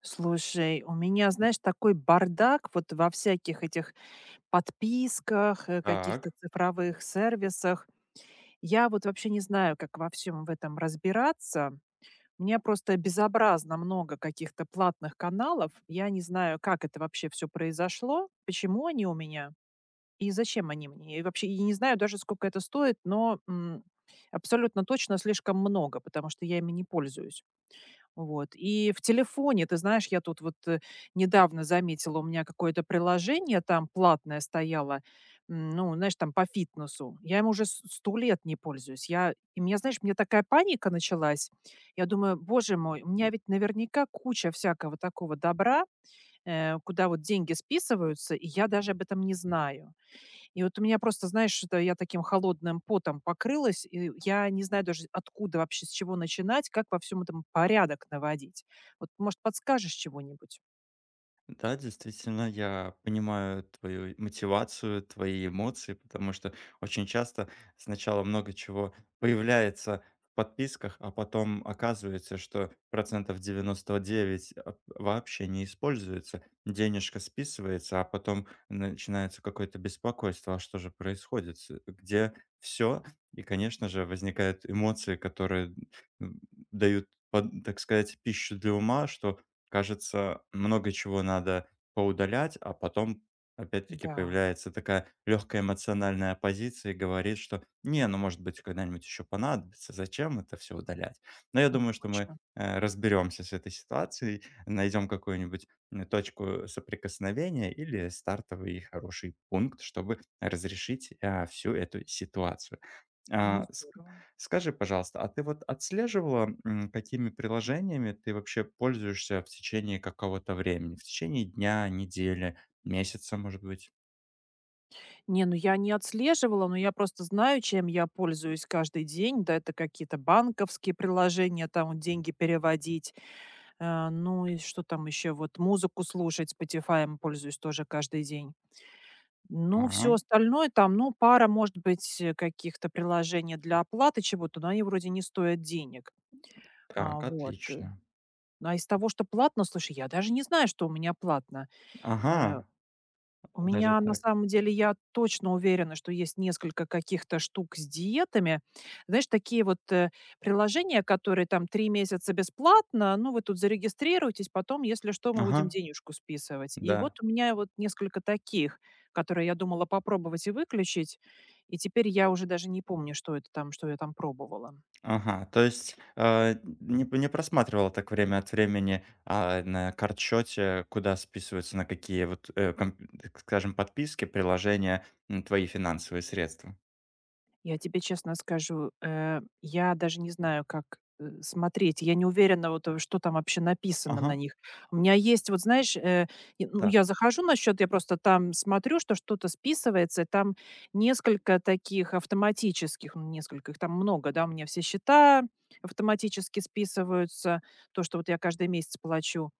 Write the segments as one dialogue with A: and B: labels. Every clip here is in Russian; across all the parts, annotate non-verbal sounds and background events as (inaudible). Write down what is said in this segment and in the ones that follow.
A: Слушай, у меня, знаешь, такой бардак вот во всяких этих подписках, каких-то
B: Так,
A: цифровых сервисах. Я вот вообще не знаю, как во всем в этом разбираться. У меня просто безобразно много каких-то платных каналов. Я не знаю, как это вообще все произошло, почему они у меня и зачем они мне. И вообще и не знаю даже, сколько это стоит, но абсолютно точно слишком много, потому что я ими не пользуюсь. Вот. И в телефоне, ты знаешь, я тут вот недавно заметила, у меня какое-то приложение там платное стояло, ну, знаешь, там по фитнесу. Я им уже 100 лет не пользуюсь. Я, и меня, знаешь, у меня такая паника началась. Я думаю, боже мой, у меня ведь наверняка куча всякого такого добра, куда вот деньги списываются, и я даже об этом не знаю. И вот у меня просто, знаешь, что я таким холодным потом покрылась, и я не знаю даже, откуда вообще, с чего начинать, как во всем этом порядок наводить. Вот, может, подскажешь чего-нибудь?
B: да, действительно, я понимаю твою мотивацию, твои эмоции, потому что очень часто сначала много чего появляется в подписках, а потом оказывается, что процентов 99 вообще не используется, денежка списывается, а потом начинается какое-то беспокойство, а что же происходит, где все. И, конечно же, возникают эмоции, которые м, дают, так сказать, пищу для ума, что кажется, много чего надо поудалять, а потом опять-таки
A: Да,
B: появляется такая легкая эмоциональная оппозиция и говорит, что не, ну может быть когда-нибудь еще понадобится, зачем это все удалять. Но я думаю, что мы
A: точно.
B: разберемся с этой ситуацией, найдем какую-нибудь точку соприкосновения или стартовый хороший пункт, чтобы разрешить всю эту ситуацию.
A: Ну,
B: А, ск
A: здорово.
B: Скажи, пожалуйста, а ты вот отслеживала, какими приложениями ты вообще пользуешься в течение какого-то времени? В течение дня, недели, месяца, может быть?
A: Не, ну я не отслеживала, но я просто знаю, чем я пользуюсь каждый день. Да, это какие-то банковские приложения, там вот деньги переводить. Ну и что там еще? Вот музыку слушать, Spotify пользуюсь тоже каждый день. Ну,
B: А,
A: все остальное там, ну, пара, может быть, каких-то приложений для оплаты чего-то, но они вроде не стоят денег. А,
B: так,
A: вот, э.
B: отлично.
A: А из того, что платно, слушай, я даже не знаю, что у меня платно. Э
B: Ага,
A: у
B: даже
A: меня на
B: так.
A: самом деле, я точно уверена, что есть несколько каких-то штук с диетами. Знаешь, такие вот, приложения, которые там 3 месяца бесплатно, ну, вы тут зарегистрируйтесь, потом, если что, мы будем
B: Ага,
A: денежку списывать. И вот
B: да.
A: у меня вот несколько таких, которые я думала попробовать и выключить, и теперь я уже даже не помню, что это там, что я там пробовала.
B: Ага, то есть, не просматривала так время от времени, а, на счете, куда списываются, на какие вот, комп так скажем, подписки, приложения, твои финансовые средства?
A: Я тебе честно скажу, я даже не знаю, как, смотреть. Я не уверена, вот, что там вообще написано на
B: Ага.
A: них. У меня есть, вот знаешь, и, ну,
B: Да.
A: я захожу на счет, я просто там смотрю, что что-то списывается, и там несколько таких автоматических, ну, несколько, их там много, да, у меня все счета автоматически списываются, то, что вот я каждый месяц плачу.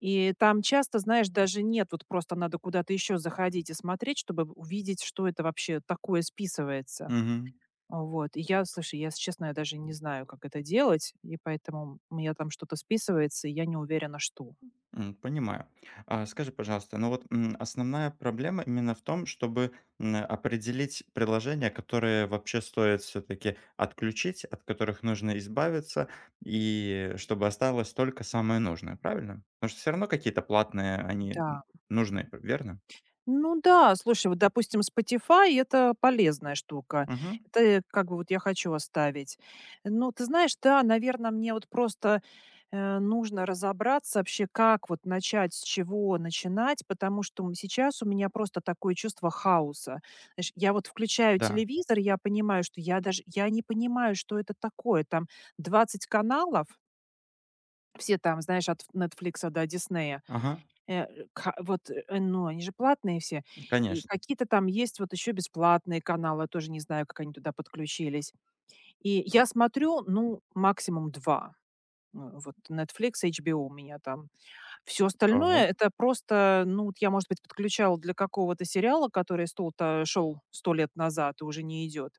A: И там часто, знаешь, даже нет, вот просто надо куда-то еще заходить и смотреть, чтобы увидеть, что это вообще такое списывается.
B: Мгм.
A: А, вот. И я, слушай, я, если честно, я даже не знаю, как это делать, и поэтому у меня там что-то списывается, и я не уверена, что.
B: М, понимаю. А, скажи, пожалуйста, ну вот, основная проблема именно в том, чтобы, определить приложения, которые вообще стоит все таки отключить, от которых нужно избавиться, и чтобы осталось только самое нужное, правильно? Потому что все равно какие-то платные, они
A: Да.
B: н нужны, верно?
A: Ну да, слушай, вот, допустим, Spotify — это полезная штука.
B: Мгм.
A: Это как бы вот я хочу оставить. Ну, ты знаешь, да, наверное, мне вот просто, нужно разобраться вообще, как вот начать, с чего начинать, потому что, сейчас у меня просто такое чувство хаоса. Знаешь, я вот включаю
B: Да.
A: телевизор, я понимаю, что я даже я не понимаю, что это такое. Там 20 каналов, все там, знаешь, от "Нетфликса" до "Диснея".
B: Ага.
A: Э, ка вот, э, э, ну, они же платные все. И
B: Конечно.
A: какие-то там есть вот еще бесплатные каналы, тоже не знаю, как они туда подключились. И я смотрю, ну, максимум два. Ну, вот Netflix, HBO у меня там. Все
B: Так.
A: остальное — это просто, ну, вот я, может быть, подключала для какого-то сериала, который стол-то шел 100 лет назад и уже не идет.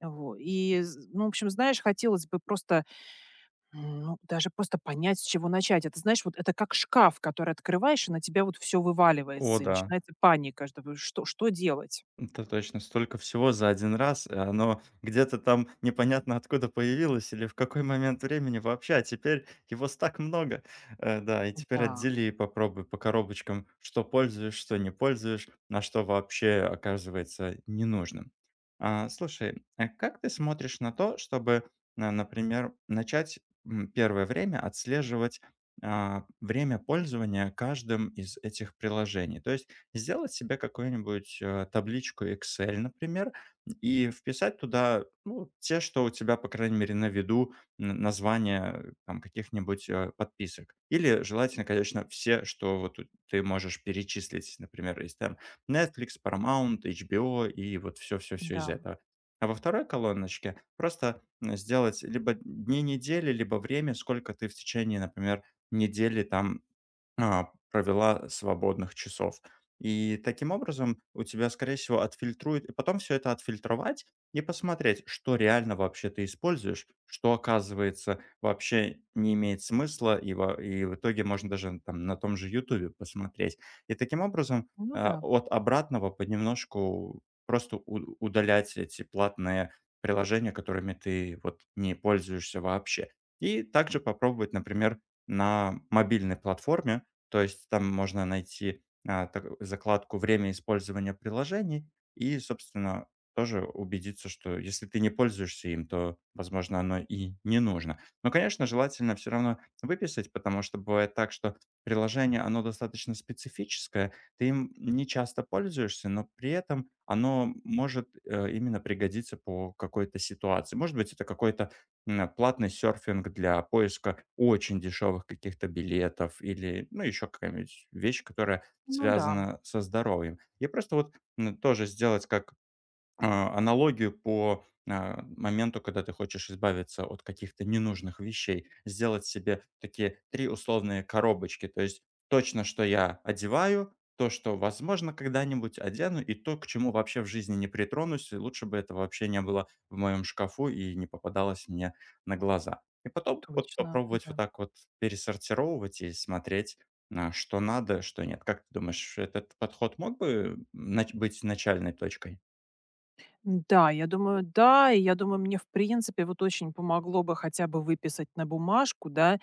A: Во. И з Ну, в общем, знаешь, хотелось бы просто ну, даже просто понять, с чего начать. Это, знаешь, вот это как шкаф, который открываешь, и на тебя вот все
B: О
A: вываливается, и
B: да.
A: начинается паника, что бы что делать?
B: Это точно, столько всего за один раз, и оно где-то там непонятно откуда появилось или в какой момент времени вообще, а теперь его с так много. Э, да, и теперь
A: Да,
B: отдели и попробуй по коробочкам, что пользуешь, что не пользуешь, на что вообще оказывается ненужным. А, слушай, а как ты смотришь на то, чтобы, на например, начать, первое время отслеживать, время пользования каждым из этих приложений? То есть сделать себе какую-нибудь, табличку Excel, например, и вписать туда, ну, те, что у тебя, по крайней мере, на виду, н названия, там, каких-нибудь, подписок. Или желательно, конечно, все, что вот у ты можешь перечислить, например, из там Netflix, Paramount, HBO и вот все-все-все из
A: да.
B: этого. А во второй колоночке просто, сделать либо дни недели, либо время, сколько ты в течение, например, недели там провела свободных часов. И таким образом у тебя, скорее всего, отфильтрует, и потом все это отфильтровать и посмотреть, что реально вообще ты используешь, что, оказывается, вообще не имеет смысла, и в итоге можно даже там на том же Ютубе посмотреть. И таким образом
A: Ну да,
B: от обратного понемножку просто удалять эти платные приложения, которыми ты вот не пользуешься вообще. И также попробовать, например, на мобильной платформе, то есть там можно найти, так закладку "Время использования приложений", и, собственно, тоже убедиться, что если ты не пользуешься им, то, возможно, оно и не нужно. Но, конечно, желательно все равно выписать, потому что бывает так, что приложение, оно достаточно специфическое, ты им не часто пользуешься, но при этом оно может, именно пригодиться по какой-то ситуации. Может быть, это какой-то платный серфинг для поиска очень дешевых каких-то билетов или, ну, еще какая-нибудь вещь, которая
A: ну да,
B: связана со здоровьем. И просто вот тоже сделать как аналогию по, моменту, когда ты хочешь избавиться от каких-то ненужных вещей. Сделать себе такие 3 условные коробочки. То есть точно, что я одеваю, то, что, возможно, когда-нибудь одену, и то, к чему вообще в жизни не притронусь, и лучше бы этого вообще не было в моем шкафу и не попадалось мне на глаза. И потом вот
A: точно,
B: попробовать вот
A: да.
B: так вот пересортировывать и смотреть, что надо, что нет. Как ты думаешь, этот подход мог бы нач быть начальной точкой?
A: Да, я думаю, да. И я думаю, мне, в принципе, вот очень помогло бы хотя бы выписать на бумажку, да,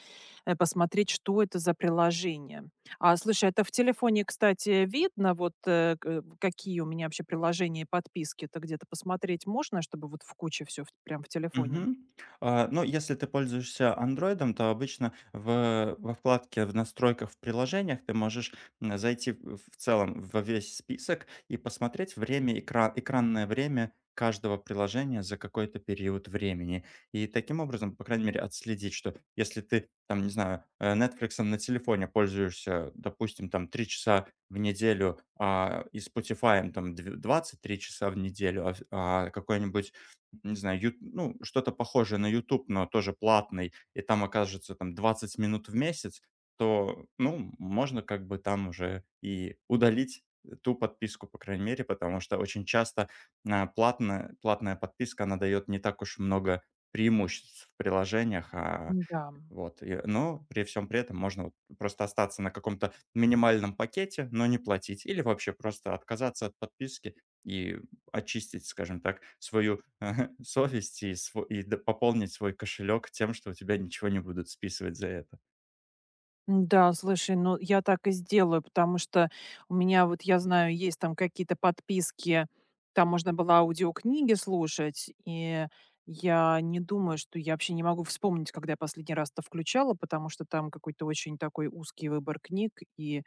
A: посмотреть, что это за приложение. А, слушай, это в телефоне, кстати, видно, вот какие у меня вообще приложения и подписки? Это где-то посмотреть можно, чтобы вот в куче все прям в телефоне?
B: Мгм. А, ну, если ты пользуешься "Андроидом", то обычно в во вкладке в настройках в приложениях ты можешь, зайти в целом во весь список и посмотреть время экранное время каждого приложения за какой-то период времени. И таким образом, по крайней мере, отследить, что если ты там, не знаю, "Нетфликсом" на телефоне пользуешься, допустим, там 3 часа в неделю, и "Спотифаем" там дв 23 часа в неделю, какой-нибудь не знаю, ют ну, что-то похожее на YouTube, но тоже платный, и там окажется там 20 минут в месяц, то, ну, можно как бы там уже и удалить ту подписку, по крайней мере, потому что очень часто, платная подписка, она дает не так уж много преимуществ в приложениях,
A: Да.
B: вот, и, но при всем при этом можно вот просто остаться на каком-то минимальном пакете, но не платить, или вообще просто отказаться от подписки и очистить, скажем так, свою (laughs) совесть и, пополнить свой кошелек тем, что у тебя ничего не будут списывать за это.
A: Да, слушай, ну я так и сделаю, потому что у меня вот, я знаю, есть там какие-то подписки, там можно было аудиокниги слушать, и я не думаю, что я вообще не могу вспомнить, когда я последний раз это включала, потому что там какой-то очень такой узкий выбор книг, и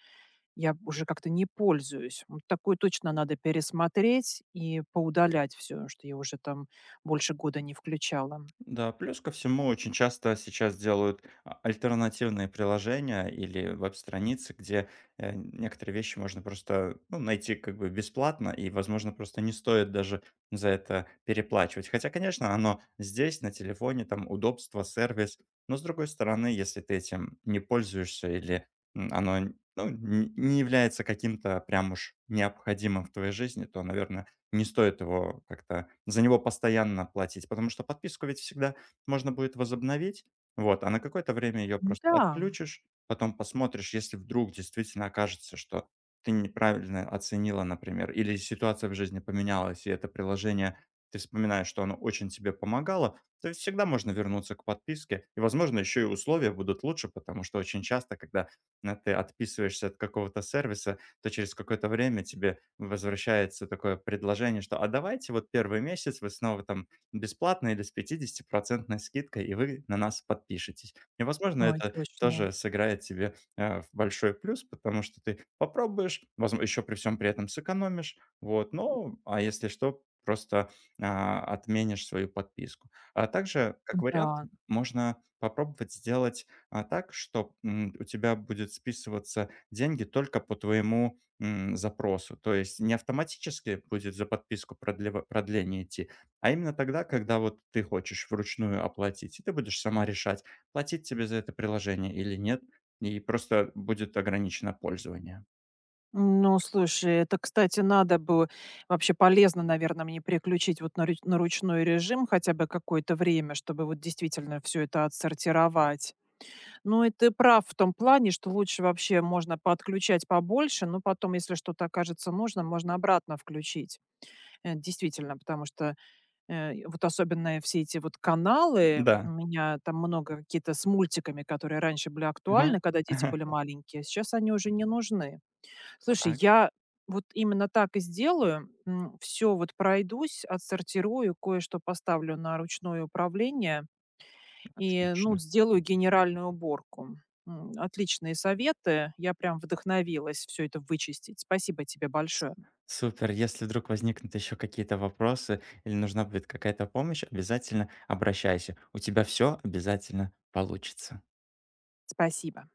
A: я уже как-то не пользуюсь. Вот такое точно надо пересмотреть и поудалять все, что я уже там больше 1 года не включала.
B: Да, плюс ко всему очень часто сейчас делают альтернативные приложения или веб-страницы, где некоторые вещи можно просто ну, найти как бы бесплатно и, возможно, просто не стоит даже за это переплачивать. Хотя, конечно, оно здесь, на телефоне, там удобство, сервис. Но, с другой стороны, если ты этим не пользуешься или оно ну, не является каким-то прям уж необходимым в твоей жизни, то, наверное, не стоит его как-то за него постоянно платить, потому что подписку ведь всегда можно будет возобновить. Вот, а на какое-то время ее просто
A: Да,
B: отключишь, потом посмотришь, если вдруг действительно окажется, что ты неправильно оценила, например, или ситуация в жизни поменялась, и это приложение, ты вспоминаешь, что оно очень тебе помогало, то есть всегда можно вернуться к подписке. И, возможно, еще и условия будут лучше, потому что очень часто, когда ты отписываешься от какого-то сервиса, то через какое-то время тебе возвращается такое предложение, что «а давайте вот первый месяц вы снова там бесплатно или с пятидесятипроцентной скидкой, и вы на нас подпишетесь». И, возможно,
A: ой,
B: это
A: точно.
B: тоже сыграет тебе в большой плюс, потому что ты попробуешь, еще при всем при этом сэкономишь, вот, ну, а если что, просто отменишь свою подписку. А также, как вариант,
A: Да.
B: можно попробовать сделать так, что у тебя будет списываться деньги только по твоему, запросу. То есть не автоматически будет за подписку продлева продление идти, а именно тогда, когда вот ты хочешь вручную оплатить, и ты будешь сама решать, платить тебе за это приложение или нет, и просто будет ограничено пользование.
A: Ну, слушай, это, кстати, надо бы вообще полезно, наверное, мне переключить вот на ручной режим хотя бы какое-то время, чтобы вот действительно все это отсортировать. Ну, и ты прав в том плане, что лучше вообще можно подключать побольше, но потом, если что-то окажется нужно, можно обратно включить. Действительно, потому что вот особенно все эти вот каналы, у
B: Да.
A: меня там много какие-то с мультиками, которые раньше были
B: Ага.
A: актуальны, когда дети были
B: (laughs)
A: маленькие, сейчас они уже не нужны. Слушай,
B: Так,
A: я вот именно так и сделаю. Все вот пройдусь, отсортирую, кое-что поставлю на ручное управление и, ну,
B: отлично.
A: сделаю генеральную уборку. Отличные советы. Я прям вдохновилась все это вычистить. Спасибо тебе
B: С
A: большое.
B: Супер. Если вдруг возникнут еще какие-то вопросы или нужна будет какая-то помощь, обязательно обращайся. У тебя все обязательно получится.
A: Спасибо.